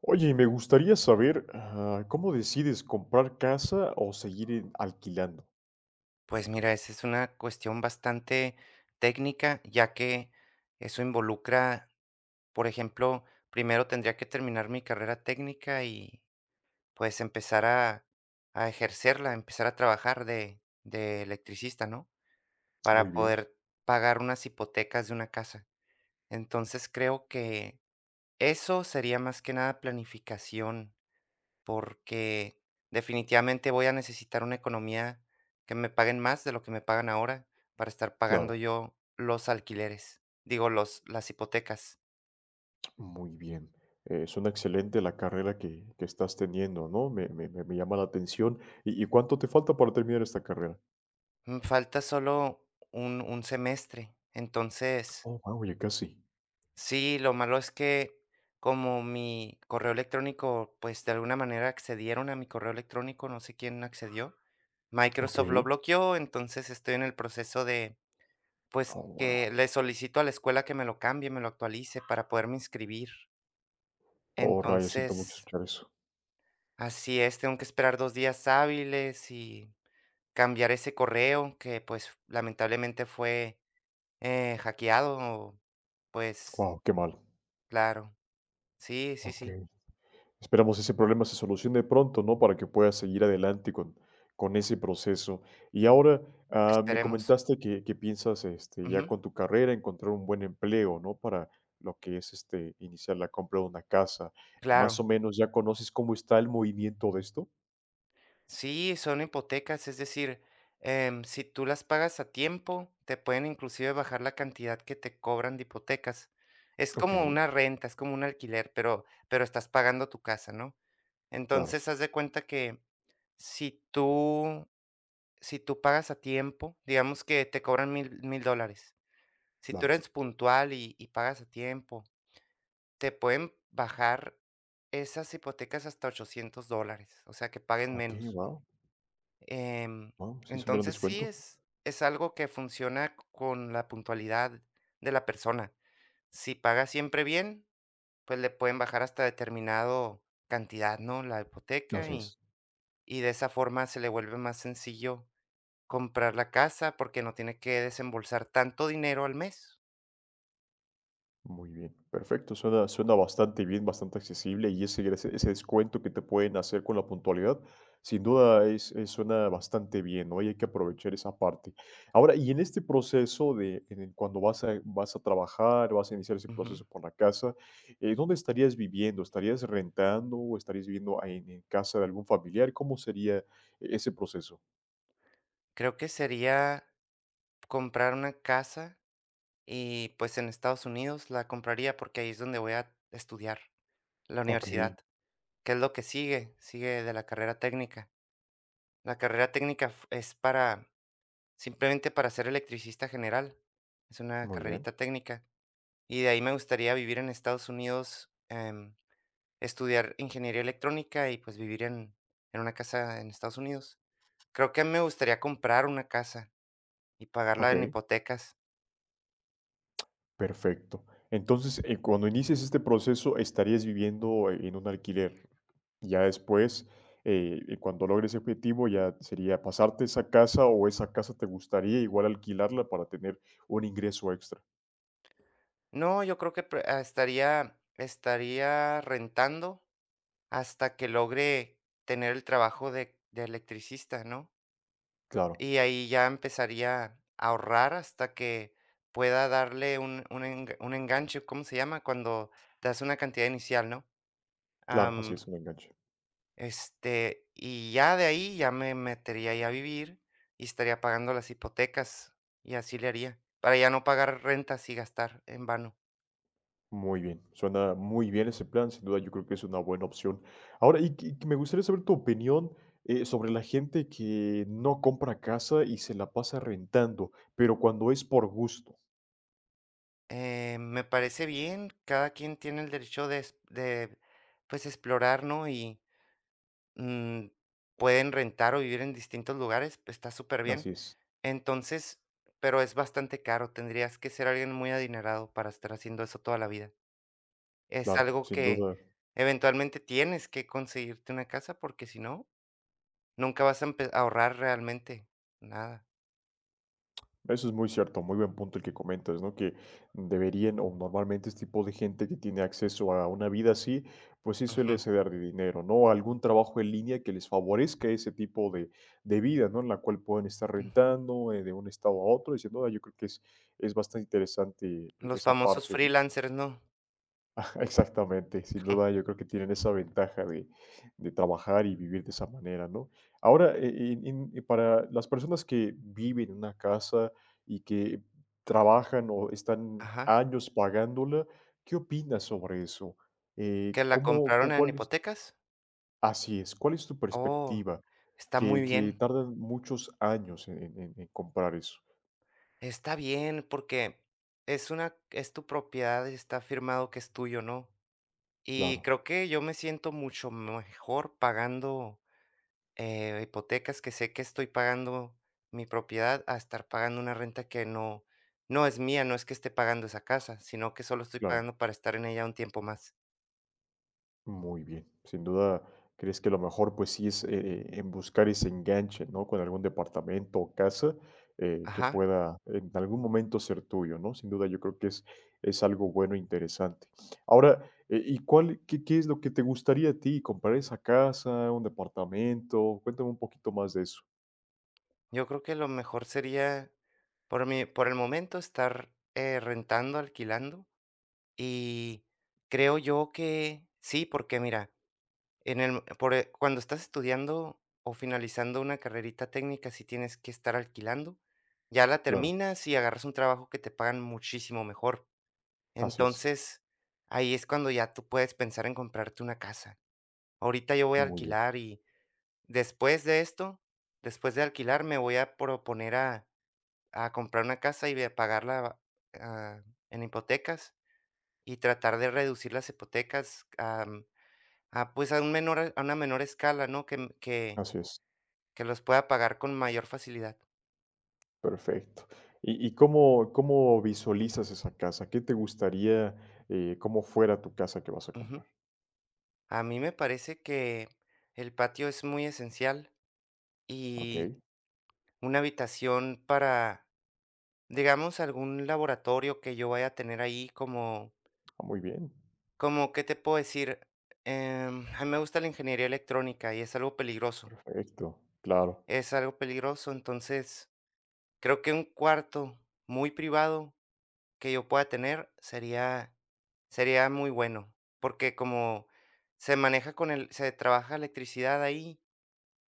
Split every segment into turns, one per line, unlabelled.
Oye, y me gustaría saber, ¿cómo decides comprar casa o seguir alquilando?
Pues mira, esa es una cuestión bastante técnica, ya que eso involucra, por ejemplo, primero tendría que terminar mi carrera técnica y pues empezar a ejercerla, empezar a trabajar de electricista, ¿no?
Muy
Para
bien,
poder pagar unas hipotecas de una casa. Entonces creo que eso sería más que nada planificación porque definitivamente voy a necesitar una economía que me paguen más de lo que me pagan ahora para estar pagando
claro,
yo los alquileres, digo, los, las hipotecas.
muy bien. Suena excelente la carrera que estás teniendo, ¿no? Me llama la atención. ¿Y cuánto te falta para terminar esta carrera?
Me falta solo un semestre. Entonces,
Oh, wow, oye, casi.
sí, lo malo es que como mi correo electrónico, pues de alguna manera accedieron a mi correo electrónico, no sé quién accedió.
Ok.
Microsoft lo bloqueó, entonces estoy en el proceso de pues,
Oh,
que
wow.
le solicito a la escuela que me lo cambie, me lo actualice para poderme inscribir.
Oh, rayos, siento mucho
Entonces
escuchar eso.
así es, tengo que esperar 2 días hábiles y cambiar ese correo que, pues, lamentablemente fue, hackeado, pues,
Wow, qué mal.
claro. Sí, sí,
Ok.
sí,
Esperamos ese problema se solucione pronto, ¿no? Para que puedas seguir adelante con ese proceso. Y ahora me
esperemos.
comentaste que piensas este, ya
Ujú,
con tu carrera encontrar un buen empleo, ¿no? Para lo que es este, iniciar la compra de una casa.
claro.
Más o menos ya conoces cómo está el movimiento de esto.
Sí, son hipotecas, es decir, si tú las pagas a tiempo, te pueden inclusive bajar la cantidad que te cobran de hipotecas. Es
Ok,
como una renta, es como un alquiler, pero estás pagando tu casa, ¿no?
claro,
Entonces, haz de cuenta que si tú si tú pagas a tiempo, digamos que te cobran mil dólares. Si tú
claro.
eres puntual y pagas a tiempo, te pueden bajar esas hipotecas hasta $800, o sea, que paguen
Ok,
menos.
wow,
Em,
wow, sí es un gran
entonces sí
descuento.
es algo que funciona con la puntualidad de la persona. Si paga siempre bien, pues le pueden bajar hasta determinado cantidad, ¿no? La hipoteca
Así
y
es.
de esa forma se le vuelve más sencillo comprar la casa porque no tiene que desembolsar tanto dinero al mes.
Muy bien, perfecto. Suena, suena bastante bien, bastante accesible y ese, ese descuento que te pueden hacer con la puntualidad, sin duda es, suena bastante bien, ¿no? Y hay que aprovechar esa parte. Ahora, y en este proceso de cuando vas a trabajar, vas a iniciar ese
Ujú.
proceso por la casa, ¿dónde estarías viviendo? ¿Estarías rentando o estarías viviendo en casa de algún familiar? ¿Cómo sería ese proceso?
Creo que sería comprar una casa y pues en Estados Unidos la compraría porque ahí es donde voy a estudiar, la
Ok,
universidad. ¿Qué es lo que sigue? Sigue de la carrera técnica. La carrera técnica es para, simplemente para ser electricista general. Es una
muy bien.
carrerita técnica. Y de ahí me gustaría vivir en Estados Unidos, estudiar ingeniería electrónica y pues vivir en una casa en Estados Unidos. Creo que me gustaría comprar una casa y pagarla
Ok.
en hipotecas.
Perfecto. Entonces, cuando inicies este proceso, estarías viviendo en un alquiler. Ya después, cuando logres ese objetivo, ya sería pasarte esa casa o esa casa te gustaría igual alquilarla para tener un ingreso extra.
No, yo creo que estaría, estaría rentando hasta que logre tener el trabajo de electricista, ¿no?
Claro,
Y ahí ya empezaría a ahorrar hasta que pueda darle un enganche, ¿cómo se llama? Cuando das una cantidad inicial, ¿no?
claro, así
Am,
es un enganche.
este, y ya de ahí ya me metería ahí a vivir y estaría pagando las hipotecas, y así le haría, para ya no pagar rentas y gastar en vano.
Muy bien, suena muy bien ese plan, sin duda yo creo que es una buena opción. Ahora, y, que me gustaría saber tu opinión sobre la gente que no compra casa y se la pasa rentando, pero cuando es por gusto.
Me parece bien, cada quien tiene el derecho de, pues, explorar, ¿no? Y, mm, pueden rentar o vivir en distintos lugares, pues, está súper bien.
Así es.
Entonces, pero es bastante caro, tendrías que ser alguien muy adinerado para estar haciendo eso toda la vida. Es
Claro,
algo
sin
que
duda.
eventualmente tienes que conseguirte una casa, porque si no, nunca vas a empe a ahorrar realmente nada.
Eso es muy cierto, muy buen punto el que comentas, ¿no? Que deberían, o normalmente este tipo de gente que tiene acceso a una vida así, pues sí
Ujú,
suele ceder de dinero, ¿no? A algún trabajo en línea que les favorezca ese tipo de vida, ¿no? En la cual pueden estar
ujú.
rentando de un estado a otro, diciendo, "Ah, yo creo que es bastante interesante
Los
esa
famosos
parte, ¿no?
freelancers, ¿no?
Exactamente, sin duda yo creo que tienen esa ventaja de trabajar y vivir de esa manera, ¿no? Ahora, para las personas que viven en una casa y que trabajan o están
Ajá,
años pagándola, ¿qué opinas sobre eso?
que la
¿Cómo,
compraron en
cuál es,
hipotecas.
así es, cuál es tu
Oh,
perspectiva?
está muy
Que
bien.
tardan muchos años en, en comprar eso.
Está bien, porque es tu propiedad, y está firmado que es tuyo, ¿no?
Claro,
Y creo que yo me siento mucho mejor pagando, hipotecas que sé que estoy pagando mi propiedad a estar pagando una renta que no es mía, no es que esté pagando esa casa, sino que solo estoy
claro.
pagando para estar en ella un tiempo más.
Muy bien, sin duda, crees que lo mejor, pues sí, es en buscar ese enganche, ¿no? Con algún departamento o casa que
Ajá,
pueda en algún momento ser tuyo, ¿no? Sin duda, yo creo que es algo bueno e interesante. Ahora, ¿y cuál, qué, qué es lo que te gustaría a ti? ¿Comprar esa casa, un departamento? Cuéntame un poquito más de eso.
yo creo que lo mejor sería, por el momento, estar, rentando, alquilando, y creo yo que sí, porque mira. Cuando estás estudiando o finalizando una carrerita técnica, si tienes que estar alquilando. Ya la
Claro,
terminas y agarras un trabajo que te pagan muchísimo mejor.
así es.
Entonces, ahí es cuando ya tú puedes pensar en comprarte una casa. Ahorita yo voy a
Muy bien,
alquilar y después de esto, después de alquilar, me voy a proponer a comprar una casa y a pagarla, ah, en hipotecas y tratar de reducir las hipotecas, ah, pues a un menor a una menor escala, ¿no? Que, mm,
así es.
que los pueda pagar con mayor facilidad.
Perfecto. Y cómo, cómo visualizas esa casa? ¿Qué te gustaría, cómo fuera tu casa que vas a
Ujú.
comprar?
A mí me parece que el patio es muy esencial
Ok,
y una habitación para, digamos, algún laboratorio que yo vaya a tener ahí como,
ah, muy bien,
¿qué te puedo decir? A mí me gusta la ingeniería electrónica y es algo peligroso.
perfecto, claro,
Es algo peligroso, entonces creo que un cuarto muy privado que yo pueda tener sería muy bueno, porque como se maneja con el se trabaja electricidad ahí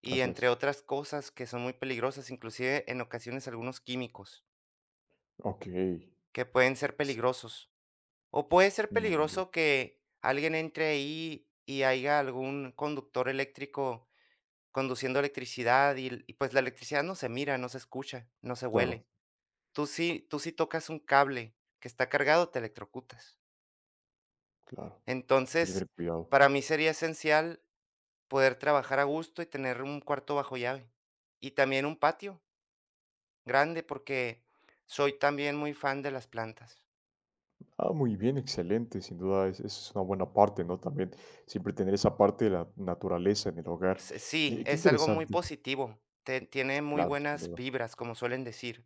y
así
entre
es.
otras cosas que son muy peligrosas, inclusive en ocasiones algunos químicos
Ok,
que pueden ser
s-
peligrosos. O puede ser
muy bien,
peligroso que alguien entre ahí y haya algún conductor eléctrico conduciendo electricidad y pues la electricidad no se mira, no se escucha, no se
claro,
huele. Tú sí tocas un cable que está cargado, te electrocutas.
claro, hay que
Entonces,
tener cuidado.
para mí sería esencial poder trabajar a gusto y tener un cuarto bajo llave. Y también un patio grande, porque soy también muy fan de las plantas.
Ah, muy bien, excelente, sin duda, es una buena parte, ¿no? También siempre tener esa parte de la naturaleza en el hogar.
Sí,
Qué
es algo muy
interesante,
positivo. Tiene muy
claro, sin
buenas
duda.
vibras, como suelen decir.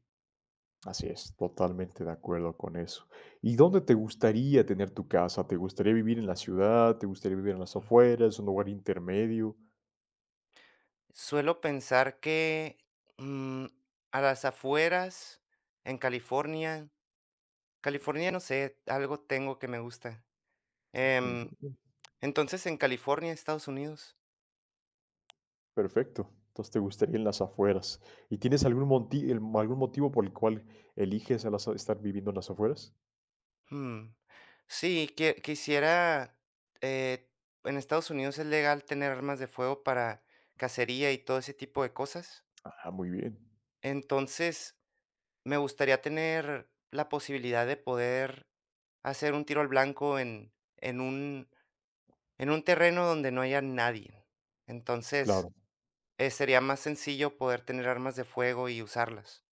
Así es, totalmente de acuerdo con eso. ¿Y dónde te gustaría tener tu casa? ¿Te gustaría vivir en la ciudad? ¿Te gustaría vivir en las afueras? ¿Un lugar intermedio?
Suelo pensar que mm, a las afueras, en California, California no sé, algo tengo que me gusta.
Muy
Em,
bien.
entonces en California, Estados Unidos.
Perfecto. Entonces te gustaría en las afueras. ¿Y tienes algún algún motivo por el cual eliges estar viviendo en las afueras?
Mm, sí, quisiera, eh, en Estados Unidos es legal tener armas de fuego para cacería y todo ese tipo de cosas.
Ah, muy bien.
Entonces, me gustaría tener la posibilidad de poder hacer un tiro al blanco en un terreno donde no haya nadie. Entonces,
Claro.
sería más sencillo poder tener armas de fuego y usarlas.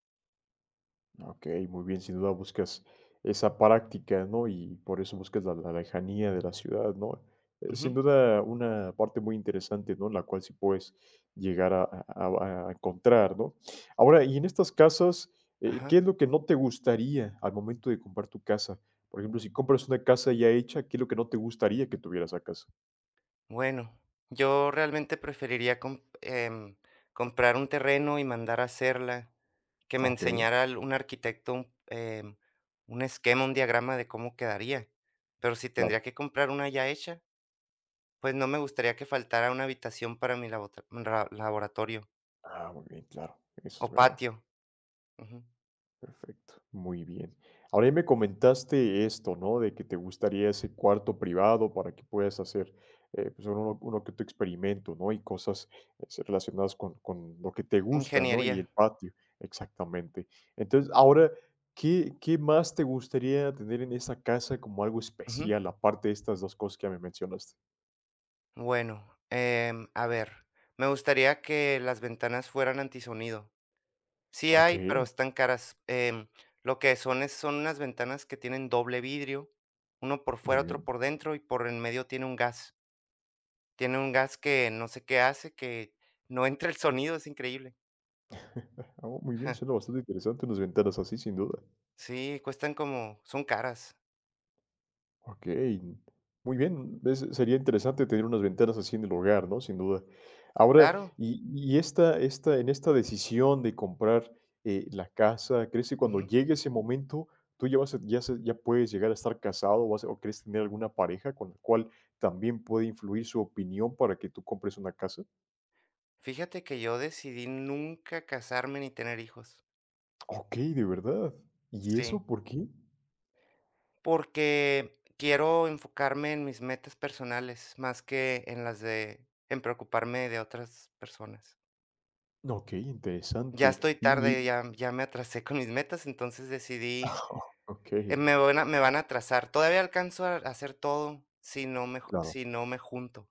Ok, muy bien, sin duda buscas esa práctica, ¿no? Y por eso buscas la, la lejanía de la ciudad, ¿no? Sin
Ujú,
duda una parte muy interesante, ¿no? La cual sí puedes llegar a, a encontrar, ¿no? Ahora, y en estas casas, ¿qué
ajá.
es lo que no te gustaría al momento de comprar tu casa? Por ejemplo, si compras una casa ya hecha, ¿qué es lo que no te gustaría que tuviera esa casa?
Bueno, yo realmente preferiría comprar un terreno y mandar a hacerla, que me
Ok,
enseñara un arquitecto un, un esquema, un diagrama de cómo quedaría. Pero si tendría
claro.
que comprar una ya hecha, pues no me gustaría que faltara una habitación para mi laboratorio
Ah, muy bien, claro, eso
o
es verdad.
patio. Ujú.
Perfecto, muy bien. Ahora ya me comentaste esto, ¿no? De que te gustaría ese cuarto privado para que puedas hacer pues uno, uno que otro experimento, ¿no? Y cosas relacionadas con lo que te gusta, ¿no? Y
Ingeniería.
el patio, exactamente. Entonces, ahora, ¿qué, qué más te gustaría tener en esa casa como algo
Ujú.
especial, aparte de estas dos cosas que ya me mencionaste?
Bueno, a ver, me gustaría que las ventanas fueran antisonido. Sí
Ok,
hay, pero están caras. Lo que son es son unas ventanas que tienen doble vidrio, uno por
muy
fuera, otro
bien.
por dentro, y por en medio tiene un gas. Tiene un gas que no sé qué hace, que no entra el sonido, es increíble.
Ah, muy bien, suena bastante interesante unas ventanas así, sin duda.
Sí, cuestan como son caras.
Ok, muy bien. Sería interesante tener unas ventanas así en el hogar, ¿no? Sin duda. Ahora,
Claro.
y esta, en esta decisión de comprar la casa, ¿crees que cuando
Ujú.
llegue ese momento tú ya, ya, ya puedes llegar a estar casado o crees tener alguna pareja con la cual también puede influir su opinión para que tú compres una casa?
Fíjate que yo decidí nunca casarme ni tener hijos.
Ok, de verdad. ¿Y
Sí,
eso por qué?
porque quiero enfocarme en mis metas personales más que en las de en preocuparme de otras personas.
Ok,
Ya
interesante.
estoy
Y,
tarde,
y-
ya me atrasé con mis metas, entonces decidí,
ok,
me van a atrasar. Todavía alcanzo a hacer todo
claro.
si no me junto,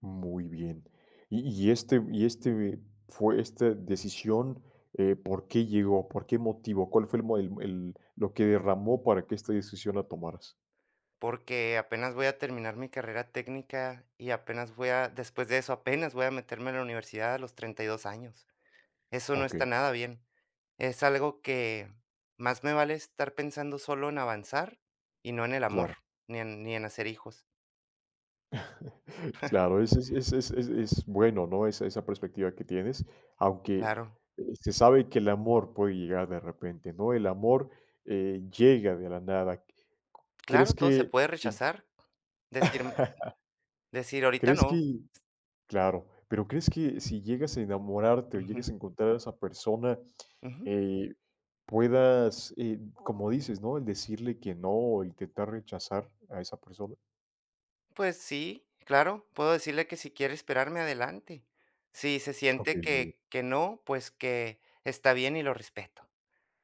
Muy bien. Y y este fue esta decisión, ¿por qué llegó? ¿Por qué motivo? ¿Cuál fue el mo el lo que derramó para que esta decisión la tomaras?
porque apenas voy a terminar mi carrera técnica y apenas voy a después de eso, apenas voy a meterme a la universidad a los 32 años. Eso no está
Okey,
nada bien. Es algo que más me vale estar pensando solo en avanzar y no en el amor,
claro.
ni en hacer hijos.
Claro, es bueno, ¿no? Esa esa perspectiva que tienes, aunque,
Claro,
se sabe que el amor puede llegar de repente, ¿no? El amor, llega de la nada.
claro,
¿Crees
todo se
que
puede
en
rechazar. Decir Decir: "Ahorita
¿Crees
no".
que Claro, pero ¿crees que si llegas a enamorarte o
Ujú,
llegas a encontrar a esa persona,
ujú.
eh, puedas, como dices, ¿no? El decirle que no o intentar rechazar a esa persona.
Pues sí, claro, puedo decirle que si quiere esperarme, adelante. Si se
Ok,
siente
muy bien,
que no, pues que está bien y lo respeto,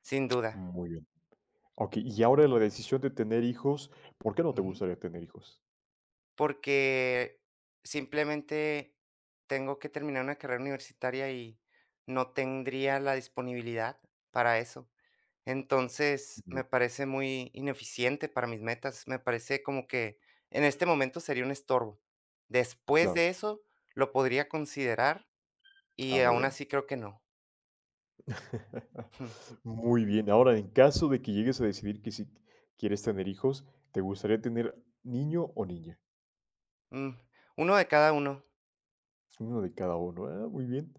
sin duda.
muy bien. Ok, y ahora la decisión de tener hijos, ¿por qué no te
Ujú.
gustaría tener hijos?
Porque simplemente tengo que terminar una carrera universitaria y no tendría la disponibilidad para eso.
Muy
Entonces, me
bien,
parece muy ineficiente para mis metas, me parece como que en este momento sería un estorbo. Después
claro.
de eso, lo podría considerar. Y
Ah, muy
aún
bien.
así creo que no.
Muy bien. Ahora, en caso de que llegues a decidir que si quieres tener hijos, ¿te gustaría tener niño o niña?
Mm, uno de cada uno.
Uno de cada uno. Ah, muy bien.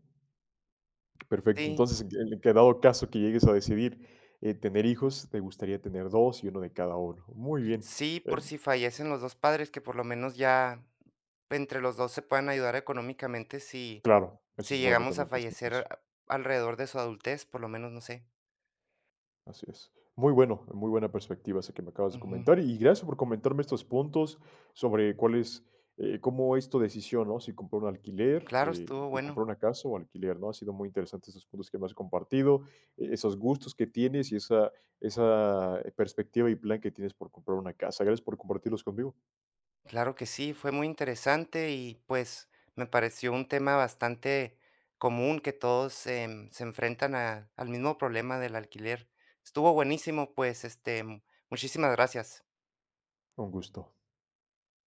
Perfecto.
Sí,
Entonces, en que dado caso que llegues a decidir, tener hijos, te gustaría tener 2 y uno de cada uno. Muy bien.
sí,
Eh,
por si fallecen los 2 padres, que por lo menos ya entre los 2 se puedan ayudar económicamente
claro, eso
si
es bueno
llegamos a
también pensar en
fallecer
eso.
a alrededor de su adultez, por lo menos, no sé.
Así es. Muy bueno, muy buena perspectiva esa que me acabas de
Ujú.
comentar, y gracias por comentarme estos puntos sobre cuál es, cómo es tu decisión, ¿no? Si comprar un alquiler,
Claro, estuvo
de
bueno.
comprar una casa o alquiler, ¿no? Ha sido muy interesante esos puntos que me has compartido, e esos gustos que tienes y esa esa perspectiva y plan que tienes por comprar una casa. Gracias por compartirlos conmigo.
Claro que sí, fue muy interesante y, pues, me pareció un tema bastante común que todos, se enfrentan a al mismo problema del alquiler. Estuvo buenísimo, pues, este, muchísimas gracias.
Un gusto.